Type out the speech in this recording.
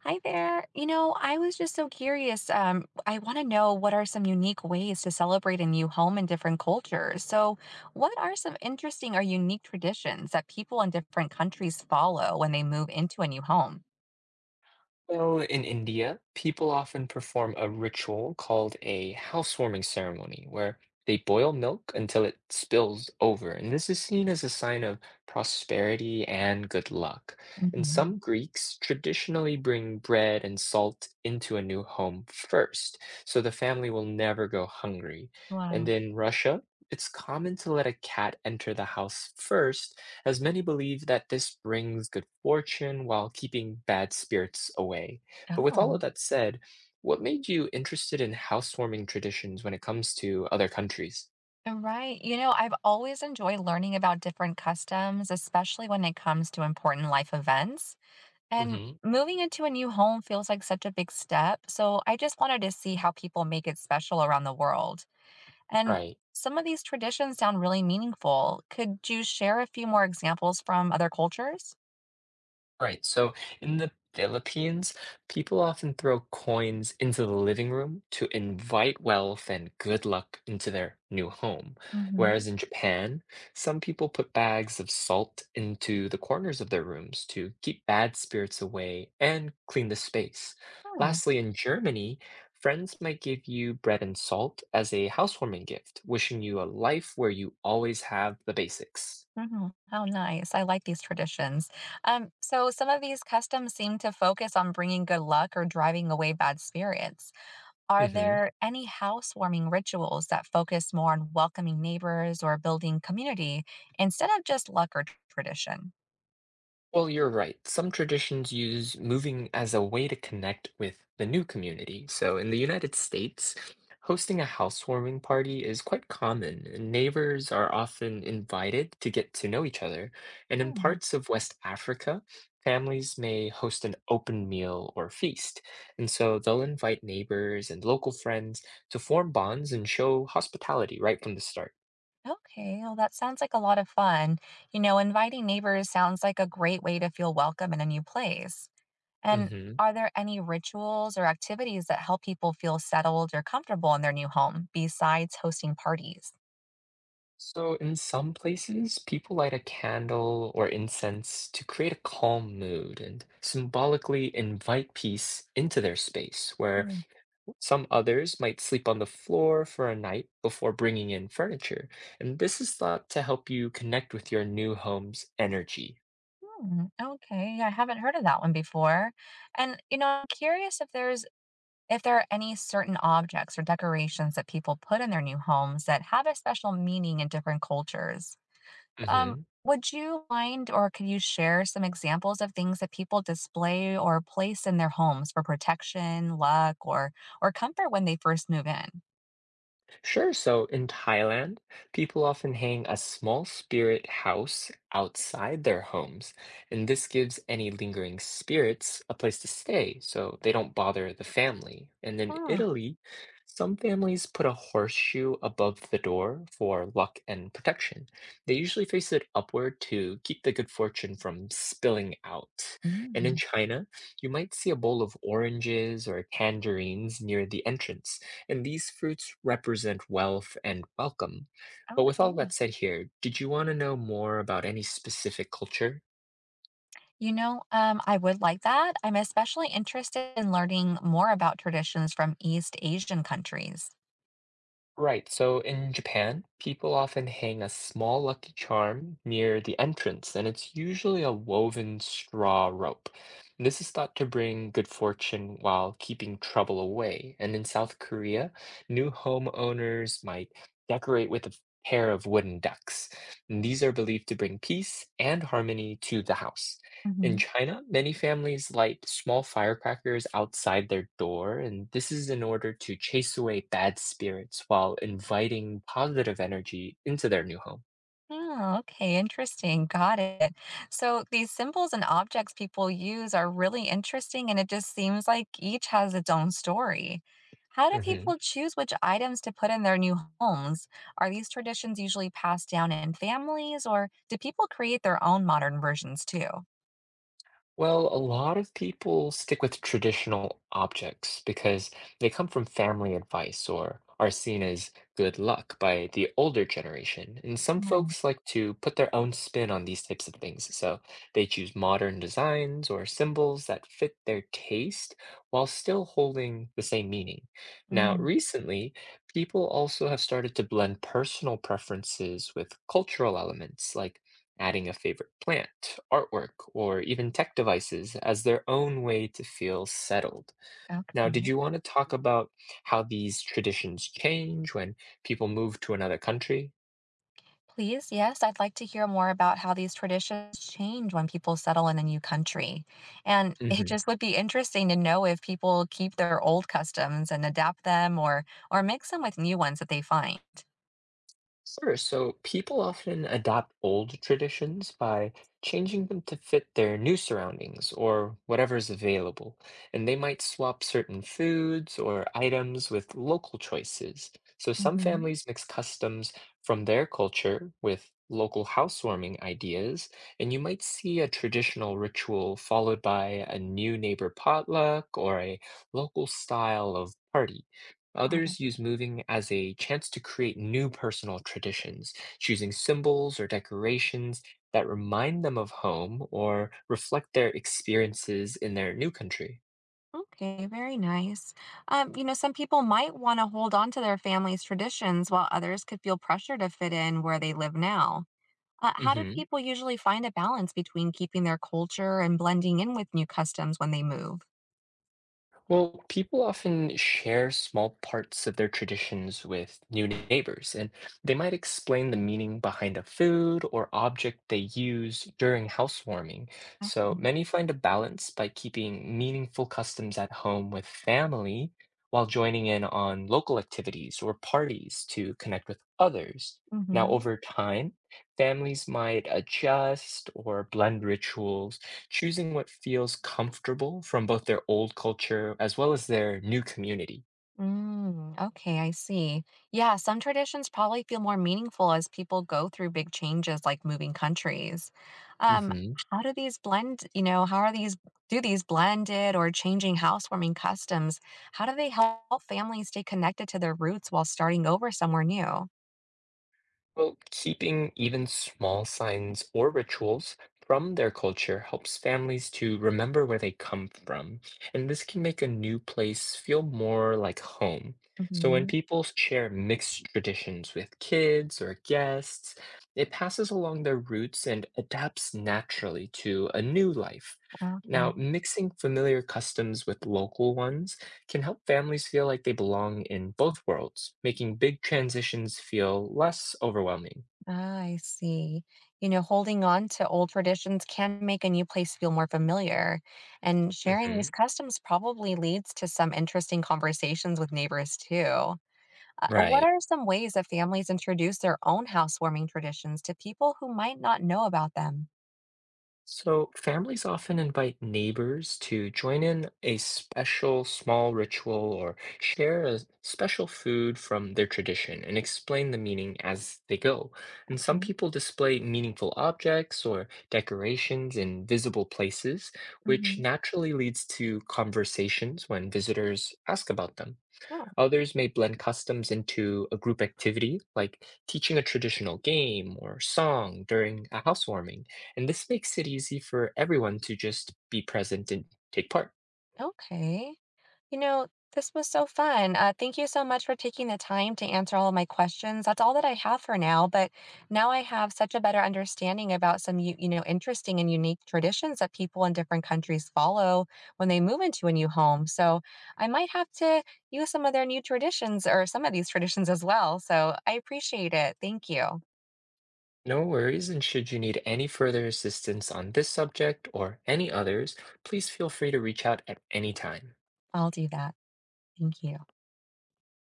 Hi there. I was just so curious. I want to know what are some unique ways to celebrate a new home in different cultures. So, what are some interesting or unique traditions that people in different countries follow when they move into a new home? So in India, people often perform a ritual called a housewarming ceremony where they boil milk until it spills over. And this is seen as a sign of prosperity and good luck. And Hmm. some Greeks traditionally bring bread and salt into a new home first, so the family will never go hungry. And Wow. in Russia, it's common to let a cat enter the house first, as many believe that this brings good fortune while keeping bad spirits away. But with all of Oh. that said, what made you interested in housewarming traditions when it comes to other countries? Right. I've always enjoyed learning about different customs, especially when it comes to important life events. And Hmm. moving into a new home feels like such a big step. So I just wanted to see how people make it special around the world. And Right. some of these traditions sound really meaningful. Could you share a few more examples from other cultures? Right. So in the Philippines, people often throw coins into the living room to invite wealth and good luck into their new home. Hmm. Whereas in Japan, some people put bags of salt into the corners of their rooms to keep bad spirits away and clean the space. Oh. Lastly, in Germany, friends might give you bread and salt as a housewarming gift, wishing you a life where you always have the basics. Hmm. How nice. I like these traditions. So some of these customs seem to focus on bringing good luck or driving away bad spirits. Are Hmm. there any housewarming rituals that focus more on welcoming neighbors or building community instead of just luck or tradition? Well, you're right. Some traditions use moving as a way to connect with the new community. So in the United States, hosting a housewarming party is quite common, and neighbors are often invited to get to know each other. And in parts of West Africa, families may host an open meal or feast. And so they'll invite neighbors and local friends to form bonds and show hospitality right from the start. Okay, well, that sounds like a lot of fun. Inviting neighbors sounds like a great way to feel welcome in a new place. And Mhm. are there any rituals or activities that help people feel settled or comfortable in their new home besides hosting parties? So, in some places, people light a candle or incense to create a calm mood and symbolically invite peace into their space, where Mhm. some others might sleep on the floor for a night before bringing in furniture. And this is thought to help you connect with your new home's energy. Okay, I haven't heard of that one before. And I'm curious if there's if there are any certain objects or decorations that people put in their new homes that have a special meaning in different cultures. Um, Mhm. would you mind or could you share some examples of things that people display or place in their homes for protection, luck, or comfort when they first move in? Sure. So in Thailand, people often hang a small spirit house outside their homes, and this gives any lingering spirits a place to stay so they don't bother the family. And in Hmm. Italy, some families put a horseshoe above the door for luck and protection. They usually face it upward to keep the good fortune from spilling out. And in Mm, China, you might see a bowl of oranges or tangerines near the entrance, and these fruits represent wealth and welcome. But with all that okay. said here, did you want to know more about any specific culture? I would like that. I'm especially interested in learning more about traditions from East Asian countries. Right, so in Japan, people often hang a small lucky charm near the entrance, and it's usually a woven straw rope. And this is thought to bring good fortune while keeping trouble away. And in South Korea, new homeowners might decorate with a pair of wooden ducks. And these are believed to bring peace and harmony to the house. In Mhm. China, many families light small firecrackers outside their door, and this is in order to chase away bad spirits while inviting positive energy into their new home. Oh, okay, interesting. Got it. So these symbols and objects people use are really interesting, and it just seems like each has its own story. How do Mhm. people choose which items to put in their new homes? Are these traditions usually passed down in families, or do people create their own modern versions too? Well, a lot of people stick with traditional objects because they come from family advice or are seen as good luck by the older generation. And some Right. folks like to put their own spin on these types of things. So they choose modern designs or symbols that fit their taste while still holding the same meaning. Now, Mm, recently, people also have started to blend personal preferences with cultural elements, like adding a favorite plant, artwork, or even tech devices as their own way to feel settled. Now, did okay. you want to talk about how these traditions change when people move to another country? Please, yes, I'd like to hear more about how these traditions change when people settle in a new country. And it Mhm. just would be interesting to know if people keep their old customs and adapt them or mix them with new ones that they find. Sure. So people often adapt old traditions by changing them to fit their new surroundings or whatever's available. And they might swap certain foods or items with local choices. So some Hmm. families mix customs from their culture with local housewarming ideas. And you might see a traditional ritual followed by a new neighbor potluck or a local style of party. Got it. Others use moving as a chance to create new personal traditions, choosing symbols or decorations that remind them of home or reflect their experiences in their new country. Okay, very nice. Some people might want to hold on to their family's traditions while others could feel pressure to fit in where they live now. How do Mhm. people usually find a balance between keeping their culture and blending in with new customs when they move? Well, people often share small parts of their traditions with new neighbors, and they might explain the meaning behind a food or object they use during housewarming. So Okay. many find a balance by keeping meaningful customs at home with family while joining in on local activities or parties to connect with others. Now, Mm-hmm. over time, families might adjust or blend rituals, choosing what feels comfortable from both their old culture as well as their new community. Mm, okay, I see. Yeah, some traditions probably feel more meaningful as people go through big changes like moving countries. Um, Mhm. how do these blend, you know, how are these do these, blended or changing housewarming customs? How do they help families stay connected to their roots while starting over somewhere new? Well, keeping even small signs or rituals from their culture helps families to remember where they come from, and this can make a new place feel more like home. So when Mm-hmm. people share mixed traditions with kids or guests, it passes along their roots and adapts naturally to a new life. Now, Okay. mixing familiar customs with local ones can help families feel like they belong in both worlds, making big transitions feel less overwhelming. Ah, I see. Holding on to old traditions can make a new place feel more familiar, and sharing Hmm. these customs probably leads to some interesting conversations with neighbors too. What Right. are some ways that families introduce their own housewarming traditions to people who might not know about them? So, families often invite neighbors to join in a special small ritual or share a special food from their tradition and explain the meaning as they go. And some Okay. people display meaningful objects or decorations in visible places, Hmm. which naturally leads to conversations when visitors ask about them. Others may blend customs into a group activity, like teaching a traditional game or song during a housewarming. And this makes it easy for everyone to just be present and take part. Okay. You know, this was so fun. Thank you so much for taking the time to answer all of my questions. That's all that I have for now, but now I have such a better understanding about some interesting and unique traditions that people in different countries follow when they move into a new home. So I might have to use some of these traditions as well. So I appreciate it. Thank you. No worries, and should you need any further assistance on this subject or any others, please feel free to reach out at any time. I'll do that. Thank you.